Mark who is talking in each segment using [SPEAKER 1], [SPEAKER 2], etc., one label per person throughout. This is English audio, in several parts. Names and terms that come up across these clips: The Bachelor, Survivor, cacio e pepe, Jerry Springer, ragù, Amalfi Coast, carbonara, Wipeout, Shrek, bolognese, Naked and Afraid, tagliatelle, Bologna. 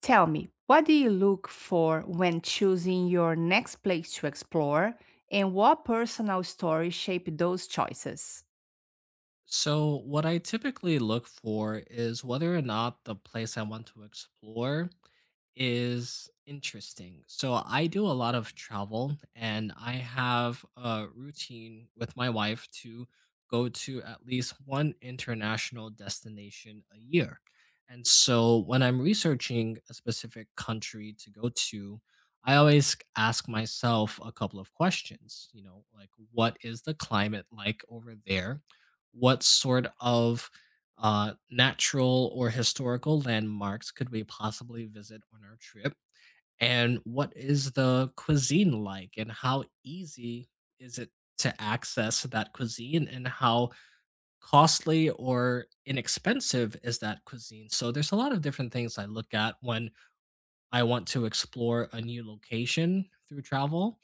[SPEAKER 1] Tell me, what do you look for when choosing your next place to explore, and what personal stories shape those choices?
[SPEAKER 2] So, what I typically look for is whether or not the place I want to explore is interesting. So, I do a lot of travel and I have a routine with my wife to go to at least one international destination a year. And so, when I'm researching a specific country to go to, I always ask myself a couple of questions, like what is the climate like over there? What sort of natural or historical landmarks could we possibly visit on our trip? And what is the cuisine like? And how easy is it to access that cuisine? And how costly or inexpensive is that cuisine? So there's a lot of different things I look at when I want to explore a new location through travel.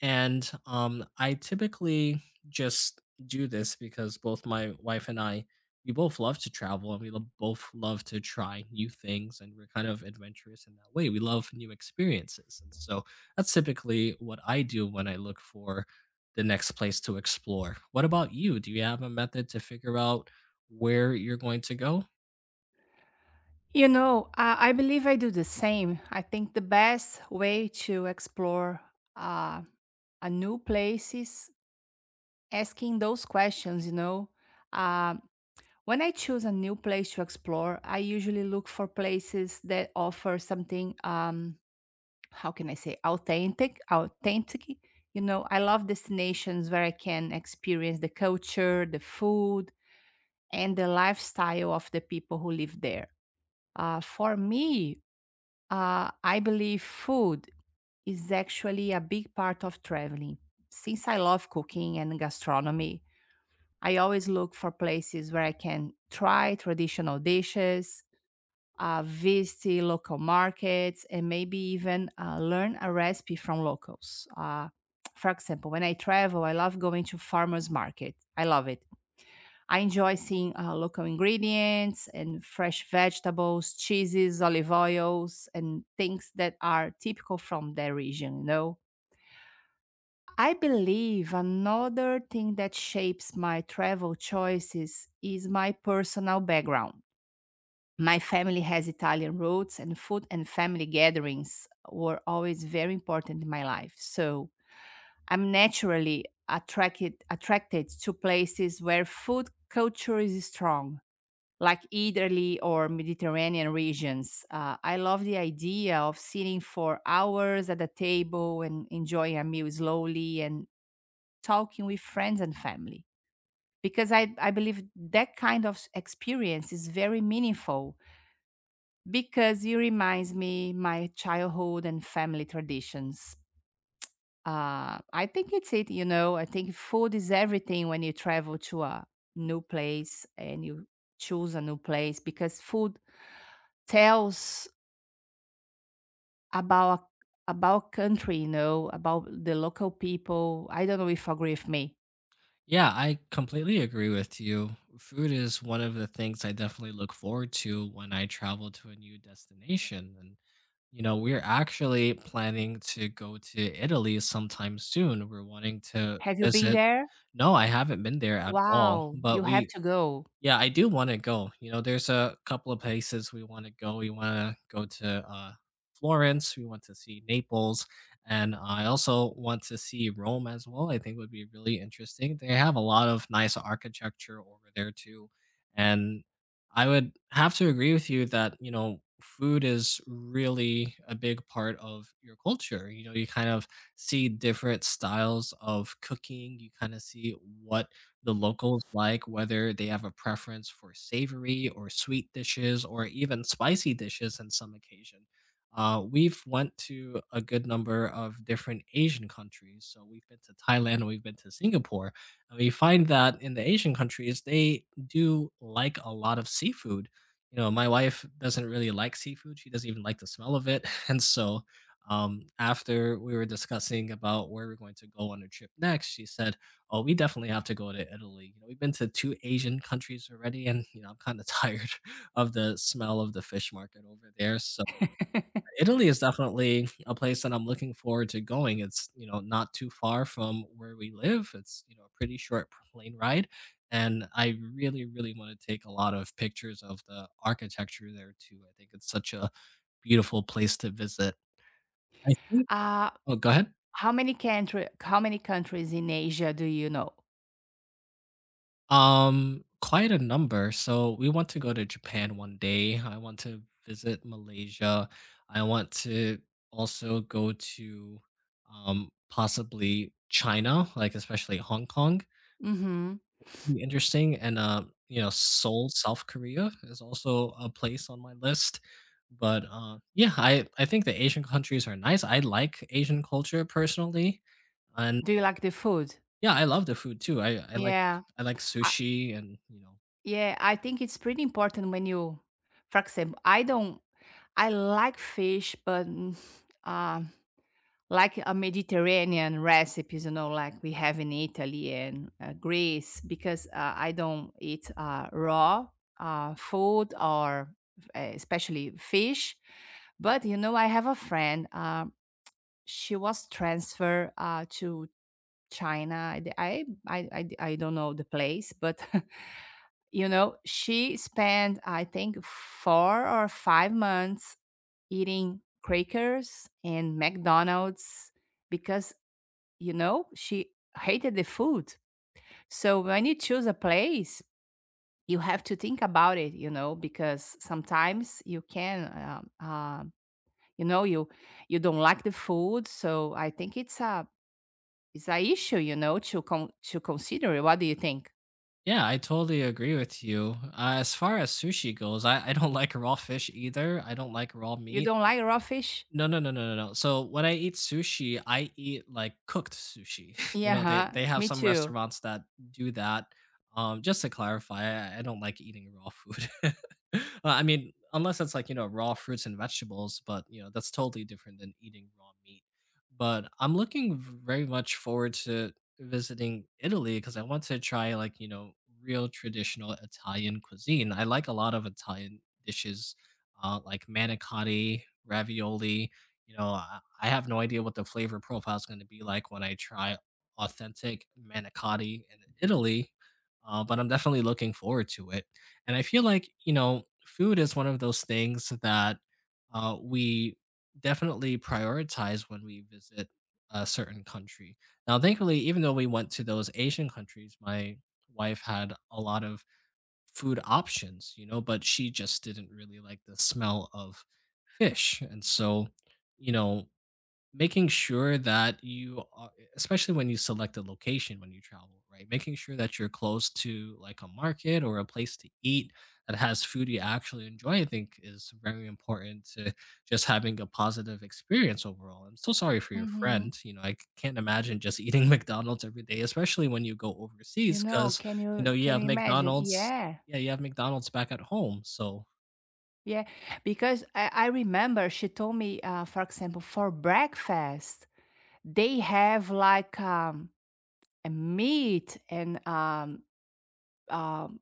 [SPEAKER 2] And I typically just do this because both my wife and I, we both love to travel and we both love to try new things. And we're kind of adventurous in that way. We love new experiences. And so that's typically what I do when I look for the next place to explore. What about you? Do you have a method to figure out where you're going to go?
[SPEAKER 1] You know, I believe I do the same. I think the best way to explore uh, a new place is asking those questions, you know. Um, when I choose a new place to explore, I usually look for places that offer something. How can I say authentic, you know? I love destinations where I can experience the culture, the food, and the lifestyle of the people who live there. For me, I believe food is actually a big part of traveling since I love cooking and gastronomy. I always look for places where I can try traditional dishes, visit local markets, and maybe even learn a recipe from locals. For example, when I travel, I love going to farmers market. I love it. I enjoy seeing local ingredients and fresh vegetables, cheeses, olive oils, and things that are typical from their region, you know? I believe another thing that shapes my travel choices is my personal background. My family has Italian roots, and food and family gatherings were always very important in my life. So I'm naturally attracted to places where food culture is strong, like Italy or Mediterranean regions. I love the idea of sitting for hours at a table and enjoying a meal slowly and talking with friends and family, because I believe that kind of experience is very meaningful because it reminds me my childhood and family traditions. I think it's it. I think food is everything when you travel to a new place and you choose a new place, because food tells about country, you know, about the local people. I don't know if you agree with me.
[SPEAKER 2] Yeah, I completely agree with you. Food is one of the things I definitely look forward to when I travel to a new destination. And we're actually planning to go to Italy sometime soon. We're wanting to
[SPEAKER 1] Have you been
[SPEAKER 2] visit.
[SPEAKER 1] there?
[SPEAKER 2] No, I haven't been there at all,
[SPEAKER 1] Wow,
[SPEAKER 2] but
[SPEAKER 1] you have
[SPEAKER 2] we
[SPEAKER 1] to go.
[SPEAKER 2] yeah, I do wanna go. You know, there's a couple of places we wanna go. We wanna go to Florence. We want to see Naples, and I also want to see Rome as well. I think would be really interesting. They have a lot of nice architecture over there too, and I would have to agree with you that, food is really a big part of your culture. You know, you kind of see different styles of cooking. You kinda see what the locals like, whether they have a preference for savory or sweet dishes or even spicy dishes in some occasion. We've went to a good number of different Asian countries. So we've been to Thailand and we've been to Singapore. And we find that in the Asian countries, they do like a lot of seafood. You know, my wife doesn't really like seafood. She doesn't even like the smell of it. And so after we were discussing about where we're going to go on a trip next, she said, oh, we definitely have to go to Italy. You know, we've been to two Asian countries already, and I'm kinda tired of the smell of the fish market over there, so Italy is definitely a place that I'm looking forward to going. It's not too far from where we live. It's a pretty short plane ride, and I really, really wanna take a lot of pictures of the architecture there too. I think it's such a beautiful place to visit. I think
[SPEAKER 1] Uh,
[SPEAKER 2] Oh, go ahead.
[SPEAKER 1] how many how many countries in Asia do you know?
[SPEAKER 2] Quite a number. So we want to go to Japan one day. I want to visit Malaysia. I want to also go to possibly China, like especially Hong Kong.
[SPEAKER 1] Hmm.
[SPEAKER 2] Would be interesting. And Seoul, South Korea is also a place on my list. But yeah, I think the Asian countries are nice. I like Asian culture personally. And
[SPEAKER 1] Do you like the food?
[SPEAKER 2] yeah, I love the food too. I I like
[SPEAKER 1] Yeah.
[SPEAKER 2] I like
[SPEAKER 1] I
[SPEAKER 2] sushi and you know
[SPEAKER 1] Yeah, I think it's pretty important when you— for example, I don't I like fish, but uh, like a Mediterranean recipes, you know, like we have in Italy and Greece, because I don't eat raw food or especially fish. But you know, I have a friend. She was transferred to China. I don't know the place, but You know, she spent, I think, 4 or 5 months eating crackers and McDonald's because, you know, she hated the food. So when you choose a place, you have to think about it, you know, because sometimes you can, you know, you don't like the food. So I think it's a issue, you know, to to consider. What do you think?
[SPEAKER 2] Yeah, I totally agree with you. As far as sushi goes, I don't like raw fish either. I don't like raw
[SPEAKER 1] You
[SPEAKER 2] meat.
[SPEAKER 1] don't like raw fish?
[SPEAKER 2] No, no, no, no, no, no. So when I eat sushi, I eat like cooked sushi. You know, they
[SPEAKER 1] Yeah,
[SPEAKER 2] they have
[SPEAKER 1] me
[SPEAKER 2] some
[SPEAKER 1] too.
[SPEAKER 2] restaurants that do that. Just to clarify, I don't like eating raw food. I mean, unless it's like raw fruits and vegetables, but that's totally different than eating raw meat. But I'm looking very much forward to visiting Italy because I want to try like real traditional Italian cuisine. I like a lot of Italian dishes like manicotti, ravioli. You know, I have no idea what the flavor profile is going to be like when I try authentic manicotti in Italy, but I'm definitely looking forward to it. And I feel like, food is one of those things that we definitely prioritize when we visit a certain country. Now, thankfully, even though we went to those Asian countries, my wife had a lot of food options, but she just didn't really like the smell of fish. And so, you know, making sure that you are especially when you select a location when you travel, right, making sure that you're close to like a market or a place to eat that has food you actually enjoy, I think is very important to just having a positive experience overall. I'm so sorry for your
[SPEAKER 1] Mhm.
[SPEAKER 2] friend. I can't imagine just eating McDonald's every day, especially when you go
[SPEAKER 1] You
[SPEAKER 2] overseas
[SPEAKER 1] know,
[SPEAKER 2] because you know you
[SPEAKER 1] can
[SPEAKER 2] have
[SPEAKER 1] you imagine?
[SPEAKER 2] McDonald's.
[SPEAKER 1] Yeah.
[SPEAKER 2] Yeah, you have McDonald's back at home, so
[SPEAKER 1] Yeah, because I remember she told me, for example, for breakfast, they have like a meat and um,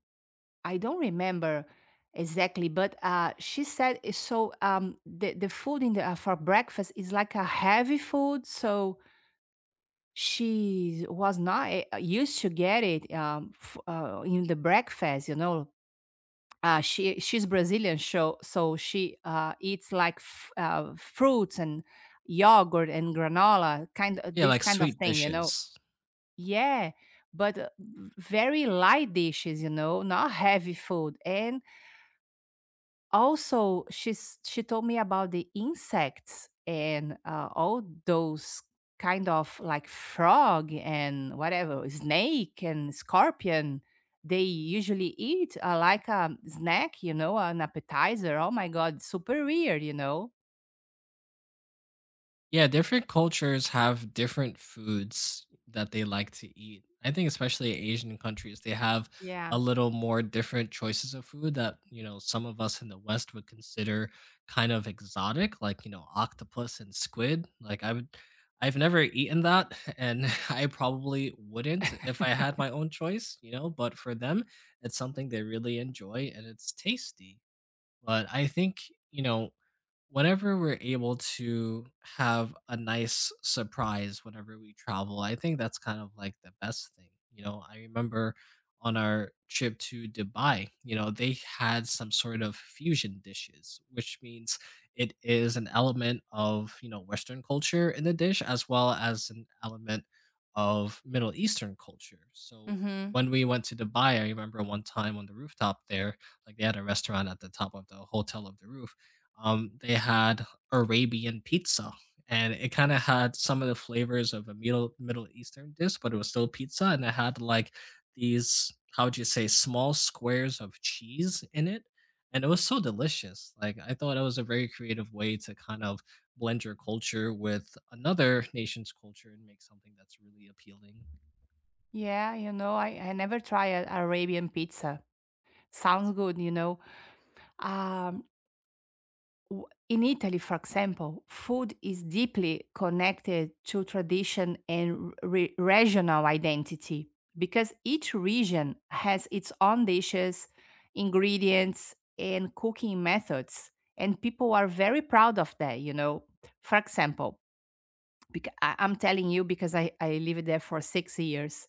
[SPEAKER 1] I don't remember exactly, but she said it's so the food in the, for breakfast is like a heavy food. So she was not used to get it in the breakfast, you know, she's Brazilian, so she eats like fruits and yogurt and granola, kind of
[SPEAKER 2] yeah,
[SPEAKER 1] this
[SPEAKER 2] like
[SPEAKER 1] kind of
[SPEAKER 2] sweet
[SPEAKER 1] thing, you know.
[SPEAKER 2] dishes.
[SPEAKER 1] Yeah, but very light dishes, you know, not heavy food, and also, she told me about the insects and all those kind of like frog and whatever, snake and scorpion. They usually eat like a snack, you know, an appetizer. Oh my god, super weird, you know.
[SPEAKER 2] Yeah, different cultures have different foods that they like to eat. I think especially Asian countries, they have a
[SPEAKER 1] Yeah.
[SPEAKER 2] little more different choices of food that, you know, some of us in the West would consider kind of exotic, like, you know, octopus and squid. Like I've never eaten that and I probably wouldn't if I had my own choice, you know, but for them it's something they really enjoy and it's tasty. But I think, you know, whenever we're able to have a nice surprise whenever we travel, I think that's kind of like the best thing. You know, I remember on our trip to Dubai, you know, they had some sort of fusion dishes, which means it is an element of, you know, Western culture in the dish as well as an element of Middle Eastern culture. So
[SPEAKER 1] Mm-hmm.
[SPEAKER 2] when we went to they had Arabian pizza, and it kind of had some of the flavors of a Middle Eastern dish, but it was still pizza, and it had like these how would you say small squares of cheese in it, and it was so delicious. Like I thought it was a very creative way to kind of blend your culture with another nation's culture and make something that's really appealing.
[SPEAKER 1] Yeah, you know, I never try a Arabian pizza. Sounds good, you know. Um, W In Italy, for example, food is deeply connected to tradition and re regional identity because each region has its own dishes, ingredients, and cooking methods, and people are very proud of that, you know. For example, bec I'm telling you because I lived there for 6 years,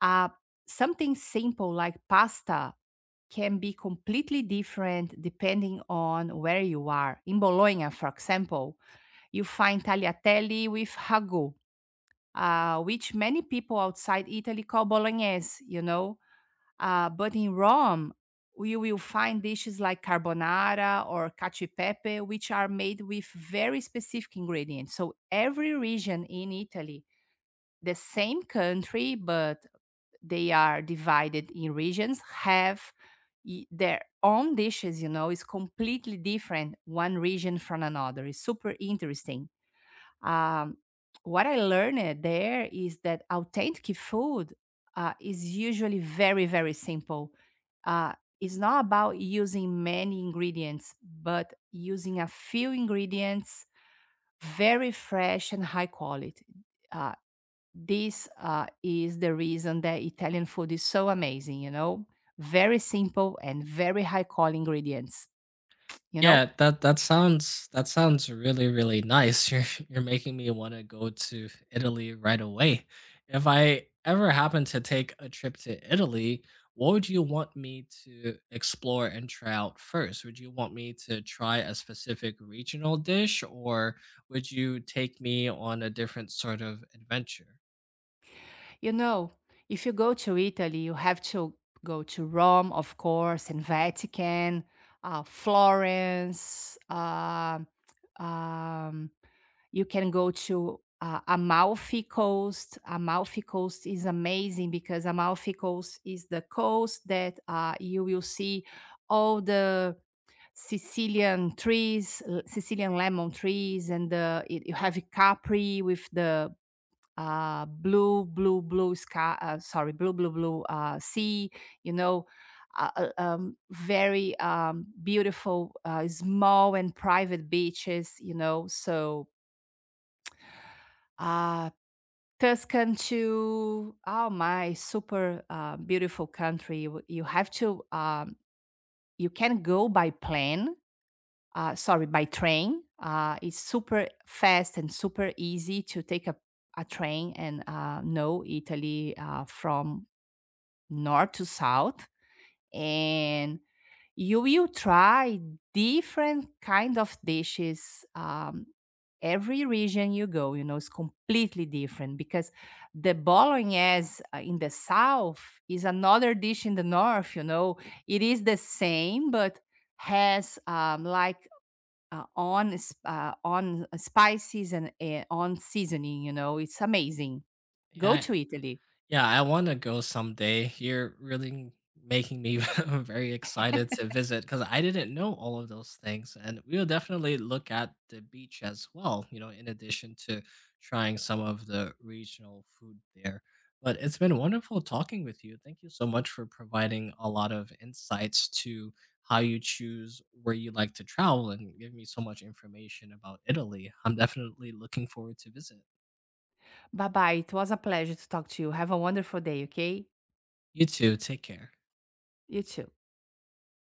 [SPEAKER 1] uh, something simple like pasta can be completely different depending on where you are. In Bologna, for example, you find tagliatelle with ragu, which many people outside Italy call bolognese, you know. But in Rome, you will find dishes like carbonara or cacio e pepe, which are made with very specific ingredients. So every region in Italy— the same country, but they are divided in regions— have their own dishes, you know. Is completely different one region from another. It's super interesting. um, what I learned there is that authentic food is usually very very simple. uh, it's not about using many ingredients but using a few ingredients, very fresh and high quality. Uh, this is the reason that Italian food is so amazing, you know, very simple and very high quality ingredients, you know.
[SPEAKER 2] Yeah, that sounds really, really nice. You're making me want to go to Italy right away. If I ever happen to take a trip to Italy, what would you want me to explore and try out first? Would you want me to try a specific regional dish, or would you take me on a different sort of adventure?
[SPEAKER 1] You know, if you go to Italy, you have to go to Rome, of course, and Vatican, Florence. Um, you can go to Amalfi Coast. Amalfi Coast is amazing because Amalfi Coast is the coast that you will see all the Sicilian trees, Sicilian lemon trees, and you have Capri with the blue sky. Sorry, blue sea. You know, very beautiful, small and private beaches. You know, so uh, Tuscan too. Oh my, super beautiful country. You have to. You can go by plane— sorry, by train. It's super fast and super easy to take a train and know Italy from north to south. And you will try different kind of dishes. Every region you go, you know, is completely different because the bolognese in the south is another dish in the north. You know, it is the same, but has like on spices and on seasoning. You know, it's amazing. Go
[SPEAKER 2] Yeah,
[SPEAKER 1] to Italy.
[SPEAKER 2] yeah, I want to go someday. You're really making me very excited to visit because I didn't know all of those things. And we'll definitely look at the beach as well, you know, in addition to trying some of the regional food there. But it's been wonderful talking with you. Thank you so much for providing a lot of insights to how you choose where you like to travel and give me so much information about Italy. I'm definitely looking forward to visit.
[SPEAKER 1] Bye bye. It was a pleasure to talk to you. Have a wonderful day. Okay,
[SPEAKER 2] You too. Take care.
[SPEAKER 1] you too.